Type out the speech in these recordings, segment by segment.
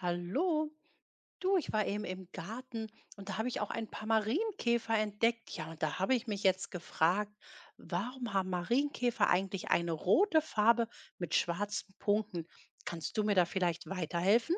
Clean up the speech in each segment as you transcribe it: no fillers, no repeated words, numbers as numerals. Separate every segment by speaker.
Speaker 1: Hallo, du, ich war eben im Garten und da habe ich auch ein paar Marienkäfer entdeckt. Ja, und da habe ich mich jetzt gefragt, warum haben Marienkäfer eigentlich eine rote Farbe mit schwarzen Punkten? Kannst du mir da vielleicht weiterhelfen?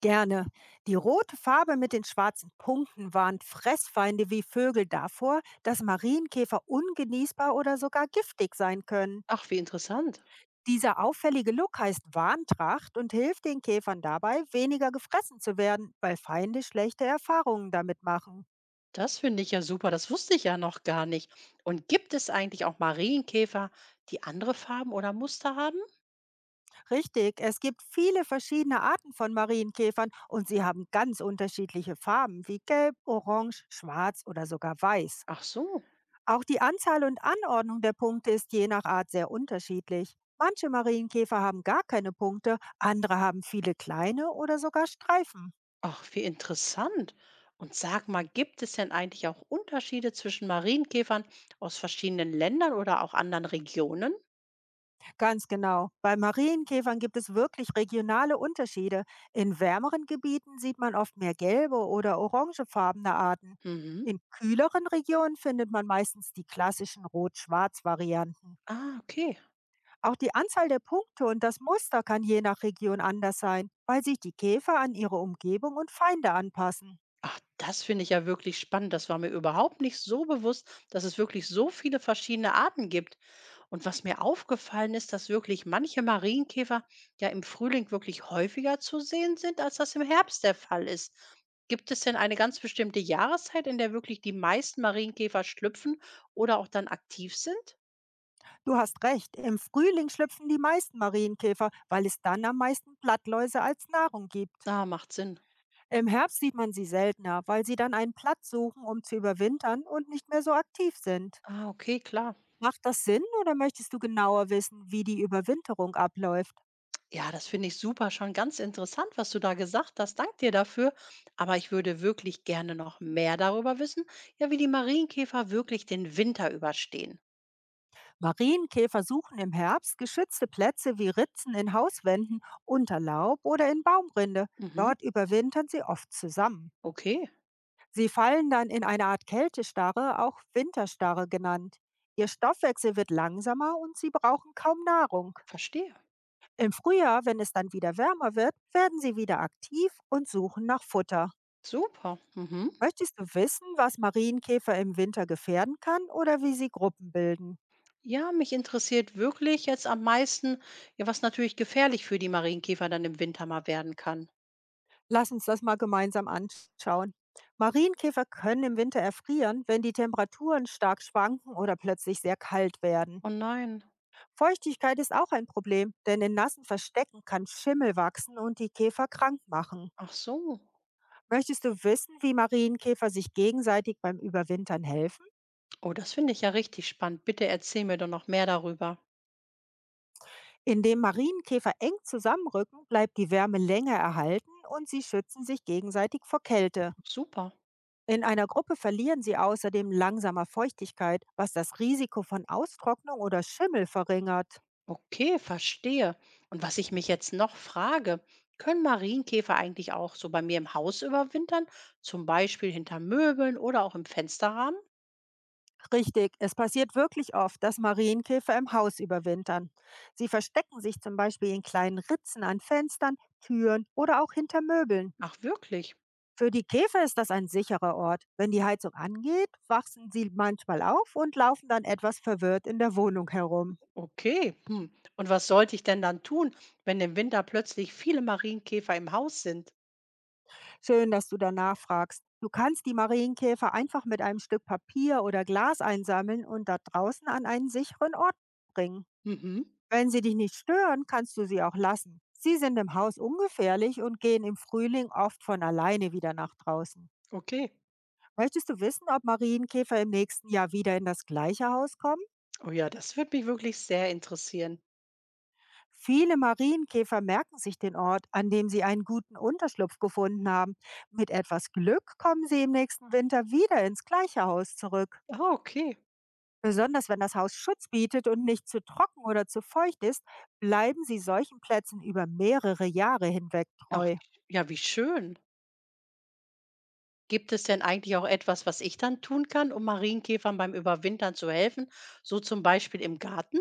Speaker 2: Gerne. Die rote Farbe mit den schwarzen Punkten warnt Fressfeinde wie Vögel davor, dass Marienkäfer ungenießbar oder sogar giftig sein können.
Speaker 1: Ach, wie interessant.
Speaker 2: Dieser auffällige Look heißt Warntracht und hilft den Käfern dabei, weniger gefressen zu werden, weil Feinde schlechte Erfahrungen damit machen.
Speaker 1: Das finde ich ja super, das wusste ich ja noch gar nicht. Und gibt es eigentlich auch Marienkäfer, die andere Farben oder Muster haben?
Speaker 2: Richtig, es gibt viele verschiedene Arten von Marienkäfern und sie haben ganz unterschiedliche Farben wie gelb, orange, schwarz oder sogar weiß.
Speaker 1: Ach so.
Speaker 2: Auch die Anzahl und Anordnung der Punkte ist je nach Art sehr unterschiedlich. Manche Marienkäfer haben gar keine Punkte, andere haben viele kleine oder sogar Streifen.
Speaker 1: Ach, wie interessant. Und sag mal, gibt es denn eigentlich auch Unterschiede zwischen Marienkäfern aus verschiedenen Ländern oder auch anderen Regionen?
Speaker 2: Ganz genau, bei Marienkäfern gibt es wirklich regionale Unterschiede. In wärmeren Gebieten sieht man oft mehr gelbe oder orangefarbene Arten.
Speaker 1: Mhm.
Speaker 2: In kühleren Regionen findet man meistens die klassischen Rot-Schwarz-Varianten.
Speaker 1: Ah, okay.
Speaker 2: Auch die Anzahl der Punkte und das Muster kann je nach Region anders sein, weil sich die Käfer an ihre Umgebung und Feinde anpassen.
Speaker 1: Ach, das finde ich ja wirklich spannend. Das war mir überhaupt nicht so bewusst, dass es wirklich so viele verschiedene Arten gibt. Und was mir aufgefallen ist, dass wirklich manche Marienkäfer ja im Frühling wirklich häufiger zu sehen sind, als das im Herbst der Fall ist. Gibt es denn eine ganz bestimmte Jahreszeit, in der wirklich die meisten Marienkäfer schlüpfen oder auch dann aktiv sind?
Speaker 2: Du hast recht, im Frühling schlüpfen die meisten Marienkäfer, weil es dann am meisten Blattläuse als Nahrung gibt.
Speaker 1: Ah, macht Sinn.
Speaker 2: Im Herbst sieht man sie seltener, weil sie dann einen Platz suchen, um zu überwintern und nicht mehr so aktiv sind.
Speaker 1: Ah, okay, klar.
Speaker 2: Macht das Sinn oder möchtest du genauer wissen, wie die Überwinterung abläuft?
Speaker 1: Ja, das finde ich super, schon ganz interessant, was du da gesagt hast. Dank dir dafür. Aber ich würde wirklich gerne noch mehr darüber wissen, ja, wie die Marienkäfer wirklich den Winter überstehen.
Speaker 2: Marienkäfer suchen im Herbst geschützte Plätze wie Ritzen in Hauswänden, unter Laub oder in Baumrinde.
Speaker 1: Mhm.
Speaker 2: Dort überwintern sie oft zusammen.
Speaker 1: Okay,
Speaker 2: Sie fallen dann in eine Art Kältestarre, auch Winterstarre genannt. Ihr Stoffwechsel wird langsamer und sie brauchen kaum Nahrung.
Speaker 1: verstehe.
Speaker 2: Im Frühjahr, wenn es dann wieder wärmer wird, werden sie wieder aktiv und suchen nach Futter.
Speaker 1: Super. Mhm.
Speaker 2: Möchtest du wissen, was Marienkäfer im Winter gefährden kann oder wie sie Gruppen bilden?
Speaker 1: Ja, mich interessiert wirklich jetzt am meisten, ja, was natürlich gefährlich für die Marienkäfer dann im Winter mal werden kann.
Speaker 2: Lass uns das mal gemeinsam anschauen. Marienkäfer können im Winter erfrieren, wenn die Temperaturen stark schwanken oder plötzlich sehr kalt werden.
Speaker 1: Oh nein.
Speaker 2: Feuchtigkeit ist auch ein Problem, denn in nassen Verstecken kann Schimmel wachsen und die Käfer krank machen.
Speaker 1: Ach so.
Speaker 2: Möchtest du wissen, wie Marienkäfer sich gegenseitig beim Überwintern helfen?
Speaker 1: Oh, das finde ich ja richtig spannend. Bitte erzähl mir doch noch mehr darüber.
Speaker 2: Indem Marienkäfer eng zusammenrücken, bleibt die Wärme länger erhalten und sie schützen sich gegenseitig vor Kälte.
Speaker 1: Super.
Speaker 2: In einer Gruppe verlieren sie außerdem langsamer Feuchtigkeit, was das Risiko von Austrocknung oder Schimmel verringert.
Speaker 1: Okay, verstehe. Und was ich mich jetzt noch frage, können Marienkäfer eigentlich auch so bei mir im Haus überwintern? Zum Beispiel hinter Möbeln oder auch im Fensterrahmen?
Speaker 2: Richtig, es passiert wirklich oft, dass Marienkäfer im Haus überwintern. Sie verstecken sich zum Beispiel in kleinen Ritzen an Fenstern, Türen oder auch hinter Möbeln.
Speaker 1: Ach, wirklich?
Speaker 2: Für die Käfer ist das ein sicherer Ort. Wenn die Heizung angeht, wachsen sie manchmal auf und laufen dann etwas verwirrt in der Wohnung herum.
Speaker 1: Okay. Hm. Und was sollte ich denn dann tun, wenn im Winter plötzlich viele Marienkäfer im Haus sind?
Speaker 2: Schön, dass du danach fragst. Du kannst die Marienkäfer einfach mit einem Stück Papier oder Glas einsammeln und da draußen an einen sicheren Ort bringen.
Speaker 1: Mhm.
Speaker 2: Wenn sie dich nicht stören, kannst du sie auch lassen. Sie sind im Haus ungefährlich und gehen im Frühling oft von alleine wieder nach draußen.
Speaker 1: Okay.
Speaker 2: Möchtest du wissen, ob Marienkäfer im nächsten Jahr wieder in das gleiche Haus kommen?
Speaker 1: Oh ja, das würde mich wirklich sehr interessieren.
Speaker 2: Viele Marienkäfer merken sich den Ort, an dem sie einen guten Unterschlupf gefunden haben. Mit etwas Glück kommen sie im nächsten Winter wieder ins gleiche Haus zurück.
Speaker 1: Ah, okay.
Speaker 2: Besonders wenn das Haus Schutz bietet und nicht zu trocken oder zu feucht ist, bleiben sie solchen Plätzen über mehrere Jahre hinweg
Speaker 1: Ach,
Speaker 2: treu.
Speaker 1: ja, wie schön. Gibt es denn eigentlich auch etwas, was ich dann tun kann, um Marienkäfern beim Überwintern zu helfen? So zum Beispiel im Garten?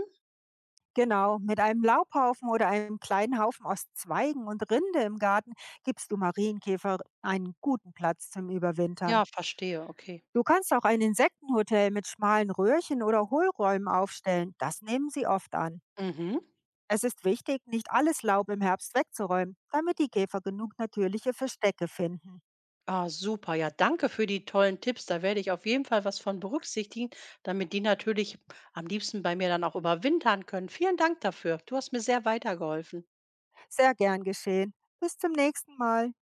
Speaker 2: Genau, mit einem Laubhaufen oder einem kleinen Haufen aus Zweigen und Rinde im Garten gibst du Marienkäfer einen guten Platz zum Überwintern.
Speaker 1: Ja, verstehe, okay.
Speaker 2: Du kannst auch ein Insektenhotel mit schmalen Röhrchen oder Hohlräumen aufstellen. Das nehmen sie oft an.
Speaker 1: Mhm.
Speaker 2: Es ist wichtig, nicht alles Laub im Herbst wegzuräumen, damit die Käfer genug natürliche Verstecke finden.
Speaker 1: Ah, super. Ja, danke für die tollen Tipps. Da werde ich auf jeden Fall was von berücksichtigen, damit die natürlich am liebsten bei mir dann auch überwintern können. Vielen Dank dafür. Du hast mir sehr weitergeholfen.
Speaker 2: Sehr gern geschehen. Bis zum nächsten Mal.